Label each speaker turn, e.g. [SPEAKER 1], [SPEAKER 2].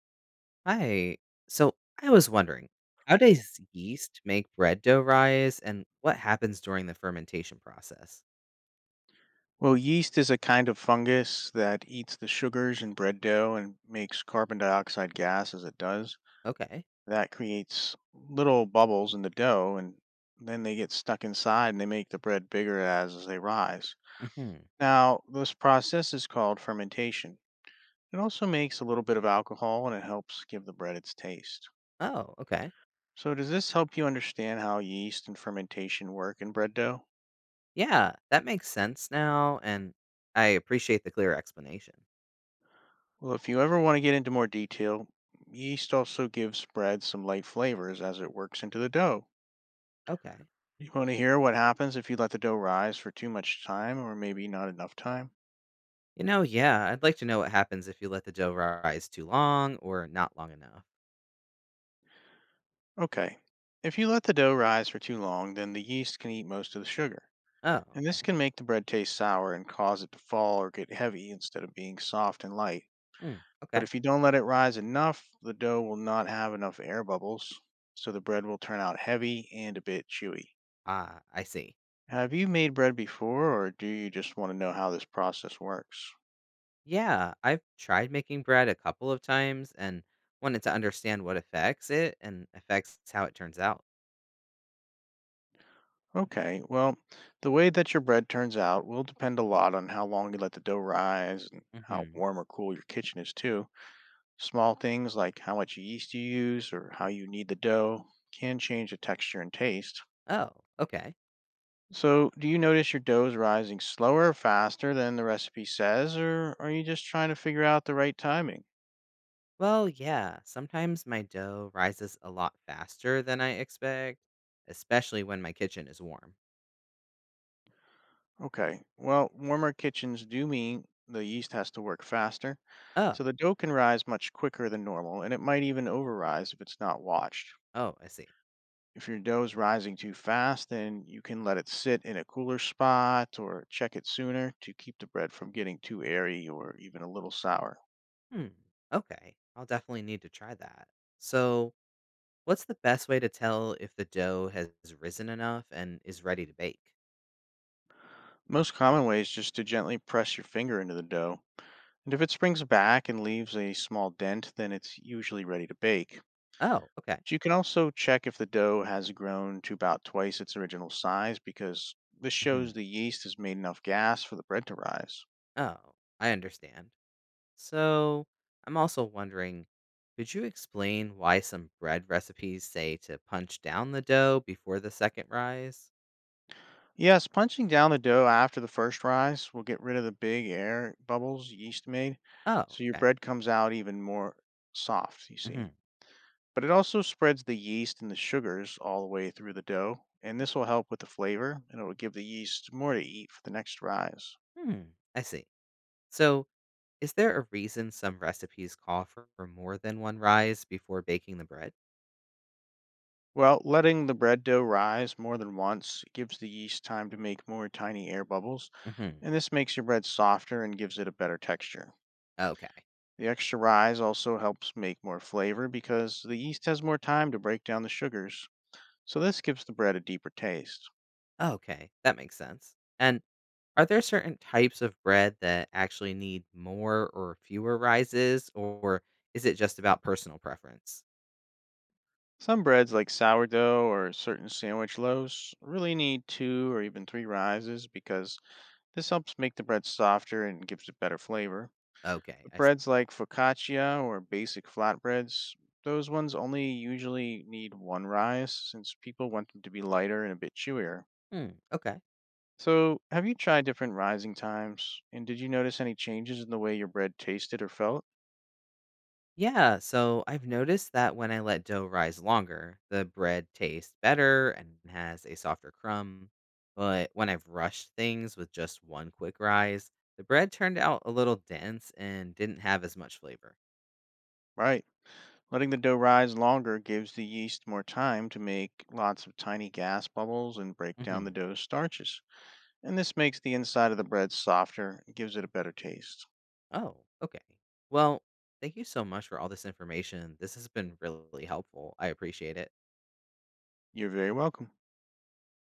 [SPEAKER 1] Hi. So I was wondering, how does yeast make bread dough rise and what happens during the fermentation process?
[SPEAKER 2] Well, yeast is a kind of fungus that eats the sugars in bread dough and makes carbon dioxide gas as it does.
[SPEAKER 1] Okay.
[SPEAKER 2] That creates little bubbles in the dough, and then they get stuck inside and they make the bread bigger as they rise.
[SPEAKER 1] Hmm.
[SPEAKER 2] Now, this process is called fermentation. It also makes a little bit of alcohol and it helps give the bread its taste.
[SPEAKER 1] Oh, okay.
[SPEAKER 2] So, does this help you understand how yeast and fermentation work in bread dough?
[SPEAKER 1] Yeah, that makes sense now, and I appreciate the clear explanation.
[SPEAKER 2] Well, if you ever want to get into more detail, yeast also gives bread some light flavors as it works into the dough.
[SPEAKER 1] Okay.
[SPEAKER 2] You want to hear what happens if you let the dough rise for too much time or maybe not enough time?
[SPEAKER 1] Yeah, I'd like to know what happens if you let the dough rise too long or not long enough.
[SPEAKER 2] Okay. If you let the dough rise for too long, then the yeast can eat most of the sugar.
[SPEAKER 1] Oh,
[SPEAKER 2] And this
[SPEAKER 1] okay.
[SPEAKER 2] can make the bread taste sour and cause it to fall or get heavy instead of being soft and light.
[SPEAKER 1] Mm,
[SPEAKER 2] But
[SPEAKER 1] okay.
[SPEAKER 2] if you don't let it rise enough, the dough will not have enough air bubbles, so the bread will turn out heavy and a bit chewy.
[SPEAKER 1] Ah, I see.
[SPEAKER 2] Have you made bread before, or do you just want to know how this process works?
[SPEAKER 1] Yeah, I've tried making bread a couple of times and wanted to understand what affects it and affects how it turns out.
[SPEAKER 2] Okay, well, the way that your bread turns out will depend a lot on how long you let the dough rise and how
[SPEAKER 1] Hmm.
[SPEAKER 2] warm or cool your kitchen is, too. Small things like how much yeast you use or how you knead the dough can change the texture and taste.
[SPEAKER 1] Oh, okay.
[SPEAKER 2] So, do you notice your dough is rising slower or faster than the recipe says, or are you just trying to figure out the right timing?
[SPEAKER 1] Well, yeah, sometimes my dough rises a lot faster than I expect, especially when my kitchen is warm.
[SPEAKER 2] Okay. Well, warmer kitchens do mean the yeast has to work faster,
[SPEAKER 1] Oh,
[SPEAKER 2] so the dough can rise much quicker than normal, and it might even overrise if it's not watched.
[SPEAKER 1] oh, I see.
[SPEAKER 2] If your dough is rising too fast, then you can let it sit in a cooler spot or check it sooner to keep the bread from getting too airy or even a little sour.
[SPEAKER 1] Hmm, okay. I'll definitely need to try that. So, what's the best way to tell if the dough has risen enough and is ready to bake?
[SPEAKER 2] Most common way is just to gently press your finger into the dough, and if it springs back and leaves a small dent, then it's usually ready to bake.
[SPEAKER 1] Oh, okay.
[SPEAKER 2] So, you can also check if the dough has grown to about twice its original size, because this shows
[SPEAKER 1] Hmm.
[SPEAKER 2] the yeast has made enough gas for the bread to rise.
[SPEAKER 1] Oh, I understand. So, I'm also wondering, could you explain why some bread recipes say to punch down the dough before the second rise?
[SPEAKER 2] Yes, punching down the dough after the first rise will get rid of the big air bubbles yeast made,
[SPEAKER 1] Oh,
[SPEAKER 2] so your
[SPEAKER 1] okay.
[SPEAKER 2] bread comes out even more soft, you
[SPEAKER 1] Hmm.
[SPEAKER 2] see. But it also spreads the yeast and the sugars all the way through the dough, and this will help with the flavor and it will give the yeast more to eat for the next rise.
[SPEAKER 1] Hmm. I see. So, is there a reason some recipes call for more than one rise before baking the bread?
[SPEAKER 2] Well, letting the bread dough rise more than once gives the yeast time to make more tiny air bubbles,
[SPEAKER 1] Hmm.
[SPEAKER 2] and this makes your bread softer and gives it a better texture.
[SPEAKER 1] Okay.
[SPEAKER 2] The extra rise also helps make more flavor because the yeast has more time to break down the sugars, so this gives the bread a deeper taste.
[SPEAKER 1] Okay. That makes sense. And are there certain types of bread that actually need more or fewer rises, or is it just about personal preference?
[SPEAKER 2] Some breads, like sourdough or certain sandwich loaves, really need two or even three rises, because this helps make the bread softer and gives it better flavor.
[SPEAKER 1] Okay.
[SPEAKER 2] But
[SPEAKER 1] I see.
[SPEAKER 2] breads like focaccia or basic flatbreads, those ones only usually need one rise, since people want them to be lighter and a bit chewier.
[SPEAKER 1] Hmm. Okay.
[SPEAKER 2] So, have you tried different rising times? And did you notice any changes in the way your bread tasted or felt?
[SPEAKER 1] Yeah, so I've noticed that when I let dough rise longer, the bread tastes better and has a softer crumb. But when I've rushed things with just one quick rise, the bread turned out a little dense and didn't have as much flavor.
[SPEAKER 2] Right. Letting the dough rise longer gives the yeast more time to make lots of tiny gas bubbles and break down the
[SPEAKER 1] Hmm.
[SPEAKER 2] dough's starches. And this makes the inside of the bread softer and gives it a better taste.
[SPEAKER 1] Oh, okay. Well, thank you so much for all this information. This has been really helpful. I appreciate it.
[SPEAKER 2] You're very welcome.